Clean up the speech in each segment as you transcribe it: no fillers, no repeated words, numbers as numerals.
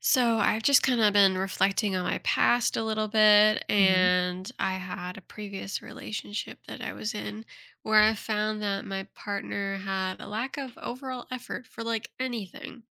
So I've just kind of been reflecting on my past a little bit, Mhm. and I had a previous relationship that I was in where I found that my partner had a lack of overall effort for like anything.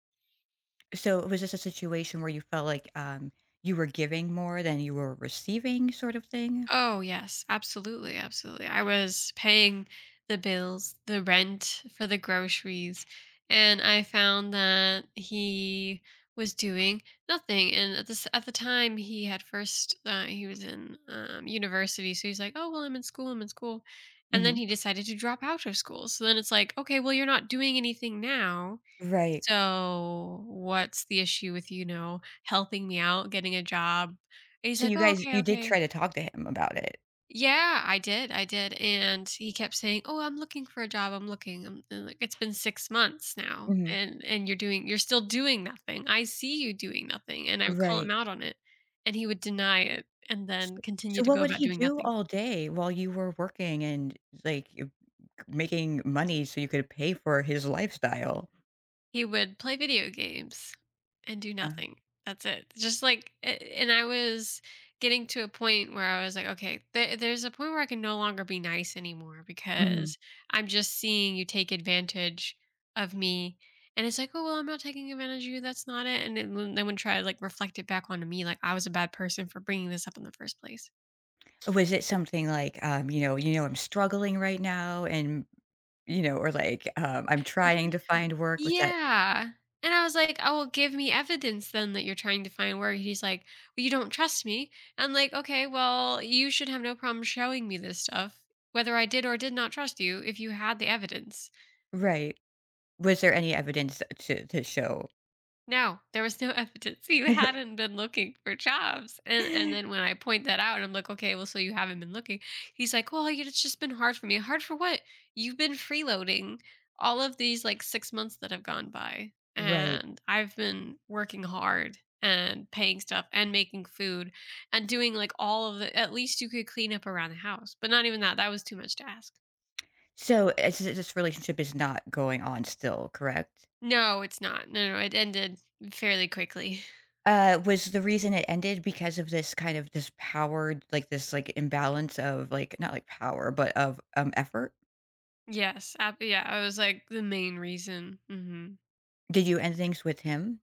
So was this a situation where you felt like you were giving more than you were receiving, sort of thing? Oh, yes, absolutely, absolutely. I was paying the bills, the rent for the groceries, and I found that he was doing nothing. And at this at the time, he had first he was in university, so he's like, "Oh, well, I'm in school," and then Hmm. he decided to drop out of school. So then it's like, okay, well, you're not doing anything now. Right. So what's the issue with helping me out, getting a job? And he's So like, you "Oh, guys, okay, you did try okay." to talk to him about it. Yeah, I did. I did. And he kept saying, "Oh, I'm looking for a job. I'm looking." And, like it's been 6 months now Hmm. and you're still doing nothing. I see you doing nothing. And I would call Right. him out on it and he would deny it and then S- continue So to what go would about he doing do nothing. all day while you were working and like you- making money so you could pay for his lifestyle? He would play video games and do Uh, nothing. That's it. And I was getting to a point where I was like, okay, there's a point where I can no longer be nice anymore hmm. because I'm just seeing you take advantage of me. And it's like, oh well, I'm not taking advantage of you. That's not it. And then would try to like reflect it back onto me, like I was a bad person for bringing this up in the first place. Was it something like, I'm struggling right now, and or like, I'm trying to find work? Was that Yeah. And I was like, "Oh, well, give me evidence then that you're trying to find work." He's like, "Well, you don't trust me." I'm like, "Okay, well, you should have no problem showing me this stuff, whether I did or did not trust you, if you had the evidence." right? Was there any evidence to show? No, there was no evidence. You hadn't been looking for jobs. And then when I point that out, I'm like, okay, well, so you haven't been looking. He's like, well, it's just been hard for me. Hard for what? You've been freeloading all of these like 6 months that have gone by. Right. And I've been working hard and paying stuff and making food and doing like all of the, at least you could clean up around the house. But not even that. That was too much to ask. So, it's this relationship is not going on still, correct? No, it's not. No, no, it ended fairly quickly. Was the reason it ended because of this kind of this power like, this, like, imbalance of, like not, like, power, but of, effort? Yes, yeah, I was like the main reason. Hmm. Did you end things with him?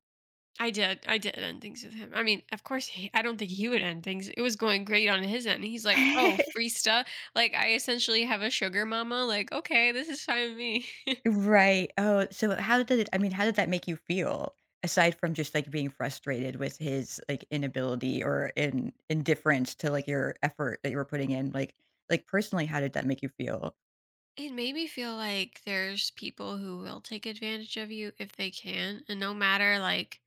I did end things with him. I mean, of course, I don't think he would end things. It was going great on his end. He's like, "Oh, free stuff." Like I essentially have a sugar mama. Like, okay, this is fine with me. Right. Oh, so how did it, I mean, how did that make you feel? Aside from just, like, being frustrated with his, like, inability or in indifference to, like, your effort that you were putting in, like, personally, how did that make you feel? It made me feel like there's people who will take advantage of you if they can, and no matter like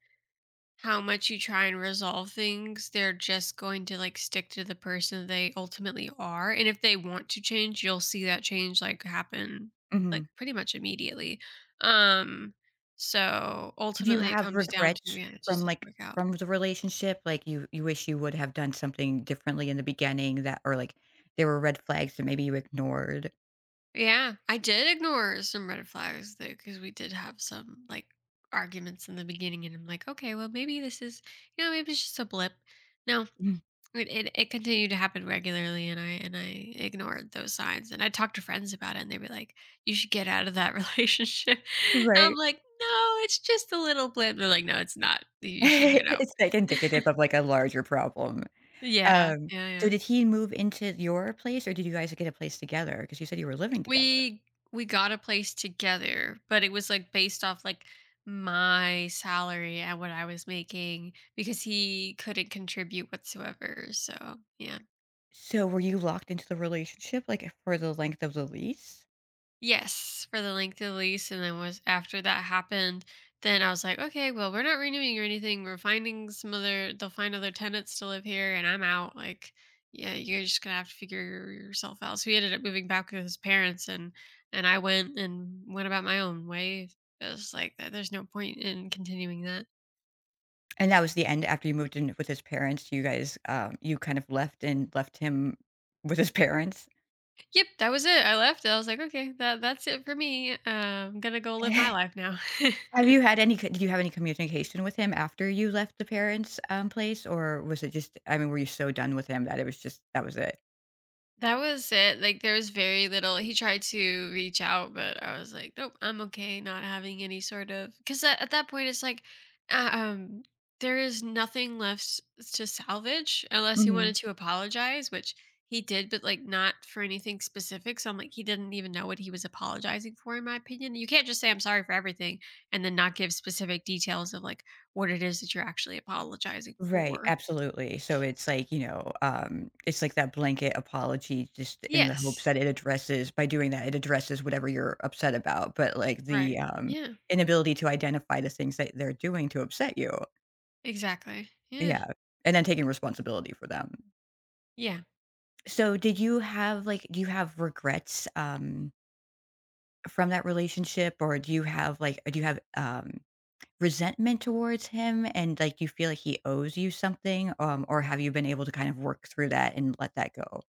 how much you try and resolve things, they're just going to like stick to the person they ultimately are. And if they want to change, you'll see that change like happen like Mhm. pretty much immediately. Um so Do you ultimately it have comes down to regrets yeah, it just from, doesn't like work out. from the relationship? Like, you wish you would have done something differently in the beginning that or, like, there were red flags that maybe you ignored? Yeah, I did ignore some red flags though because we did have some like arguments in the beginning and I'm like, okay, well maybe this is maybe it's just a blip. No, Mhm. it continued to happen regularly, and I ignored those signs, and I talked to friends about it, and they were like, "You should get out of that relationship." And I'm Right. like, "No, it's just a little blip." They're like, "No, it's not. You should get out." It's, like, indicative of, like, a larger problem. Yeah, Um, yeah, so yeah. did he move into your place, or did you guys get a place together? Because you said you were living together. We we got a place together, but it was like based off like my salary and what I was making because he couldn't contribute whatsoever. So yeah. So were you locked into the relationship, like, for the length of the lease? Yes, for the length of the lease, and then was after that happened, then I was like, "Okay, well, we're not renewing or anything. We're finding some other they'll find other tenants to live here, and I'm out." Like, "Yeah, you're just gonna have to figure yourself out." So he ended up moving back with his parents, and I went about my own way. I was like, "There's no point in continuing that." And that was the end, after you moved in with his parents, you guys, you kind of left and left him with his parents? Yep, that was it. I left. I was like, "Okay, that's it for me. I'm gonna go live my life now." Have you had any co did you have any communication with him after you left the parents', place, or was it just, I mean, were you so done with him that it was just that was it? That was it. Like there was very little. He tried to reach out, but I was like, nope, I'm okay. Not having any sort of because at that point it's like, uh, um, there is nothing left to salvage unless he Mhm. wanted to apologize, which he did, but like not for anything specific. So I'm like, he didn't even know what he was apologizing for, in my opinion. You can't just say I'm sorry for everything and then not give specific details of like what it is that you're actually apologizing Right, for. absolutely. So it's like, you know, it's like that blanket apology just in the hopes Yes. that it addresses by doing that, it addresses whatever you're upset about, but like the Right. um Yeah. inability to identify the things that they're doing to upset you. Exactly. Yeah. Yeah. And then taking responsibility for them. Yeah. So did you have like do you have regrets from that relationship or do you have like do you have resentment towards him and like you feel like he owes you something? Or have you been able to kind of work through that and let that go?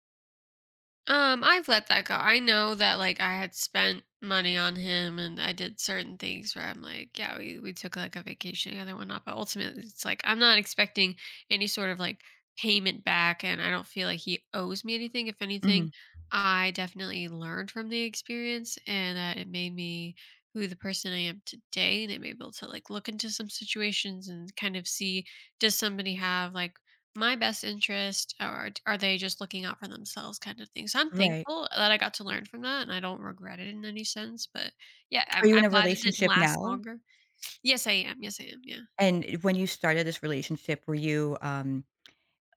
I've let that go. I know that like I had spent money on him and I did certain things where I'm like, yeah, we took like a vacation together and whatnot, but ultimately it's like I'm not expecting any sort of like payment back and I don't feel like he owes me anything. If Mhm. anything, I definitely learned from the experience and that it made me who the person I am today and I'm able to like look into some situations and kind of see does somebody have like my best interest or are they just looking out for themselves kind of thing, so I'm Right. thankful that I got to learn from that and I don't regret it in any sense, but yeah, Are i'm, you in I'm a glad it didn't relationship last now? longer. Yes, I am. Yes, I am. Yeah. And when you started this relationship, were you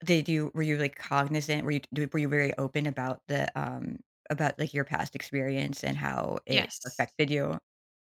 did you were you, like, cognizant? Were you d were you very open about the, about, like, your past experience and how it Yes. affected you?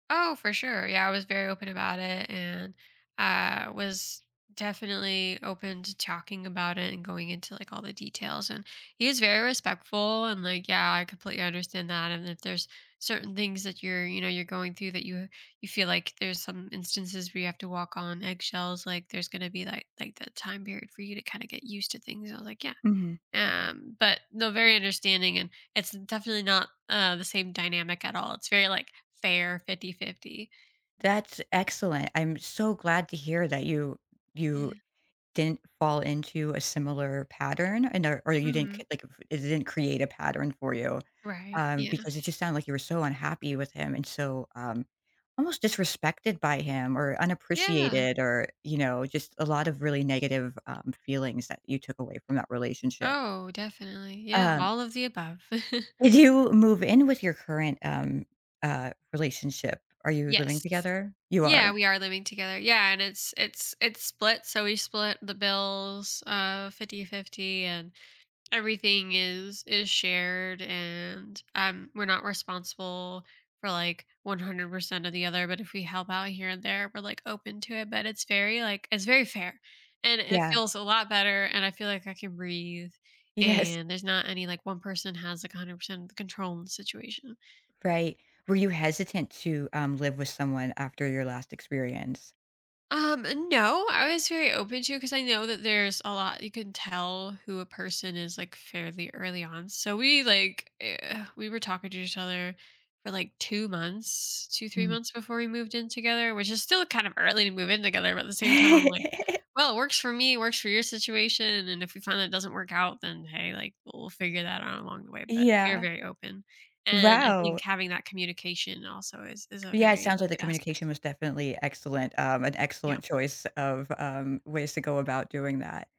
Oh, for sure. Yeah, I was very open about it and was definitely open to talking about it and going into like all the details. And he was very respectful and like, yeah, I completely understand that. And if there's certain things that you're going through that you feel like there's some instances where you have to walk on eggshells, like there's gonna be like the time period for you to kind of get used to things. I was like, yeah, Mhm. But no, very understanding, and it's definitely not the same dynamic at all, it's very like fair 50 50. That's excellent. I'm so glad to hear that you Yeah. didn't fall into a similar pattern and or you didn't c Hmm. like, it didn't create a pattern for you. Right. Yeah. Because it just sounded like you were so unhappy with him and so, almost disrespected by him or Yeah. unappreciated or, you know, just a lot of really negative, feelings that you took away from that relationship. Oh, definitely. Yeah, Um, all of the above. did you move in with your current, relationship? Are you living Yes. together? You Yeah, are? we are living together, yeah, and it's split, so we split the bills 50 50, and everything is shared, and we're not responsible for like 100% of the other, but if we help out here and there, we're like open to it, but it's very fair, and it Yeah. feels a lot better, and I feel like I can breathe, Yes. and there's not any like one person has like 100% of the control in the situation. Right. Were you hesitant to, live with someone after your last experience? Um, no, I was very open to because I know that there's a lot you can tell who a person is like fairly early on. So we were talking to each other for like 2 months, two three Mm. months before we moved in together, which is still kind of early to move in together. But at the same time, I'm like, well, it works for me, it works for your situation, and if we find that it doesn't work out, then hey, like we'll figure that out along the way. But we are Yeah. very open, and I think Wow. having that communication also is a Yeah, it very sounds like the good communication aspect. was definitely excellent, an Yeah. excellent choice of, ways to go about doing that.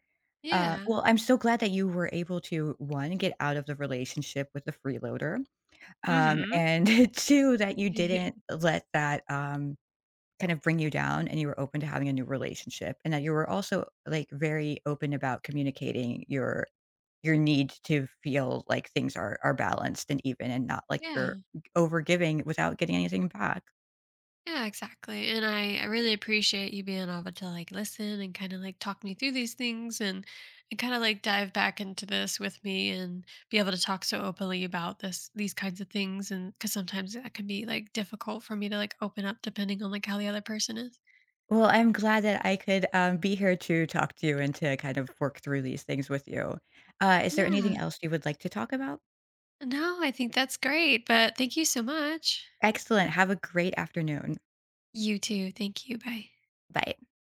Yeah. Well, I'm so glad that you were able to, one, get out of the relationship with the freeloader, Mm-hmm. and two, that you didn't let that, kind of bring you down and you were open to having a new relationship, and that you were also, like, very open about communicating your need to feel like things are balanced and even and not like you're Yeah. over giving without getting anything back. Yeah, exactly. And I really appreciate you being able to like listen and kind of like talk me through these things, and kind of like dive back into this with me and be able to talk so openly about this, these kinds of things. And cause sometimes that can be like difficult for me to like open up depending on like how the other person is. Well, I'm glad that I could be here to talk to you and to kind of work through these things with you. Is there anything Yeah. else you would like to talk about? No, I think that's great. But thank you so much. Excellent. Have a great afternoon. You too. Thank you. Bye. Bye.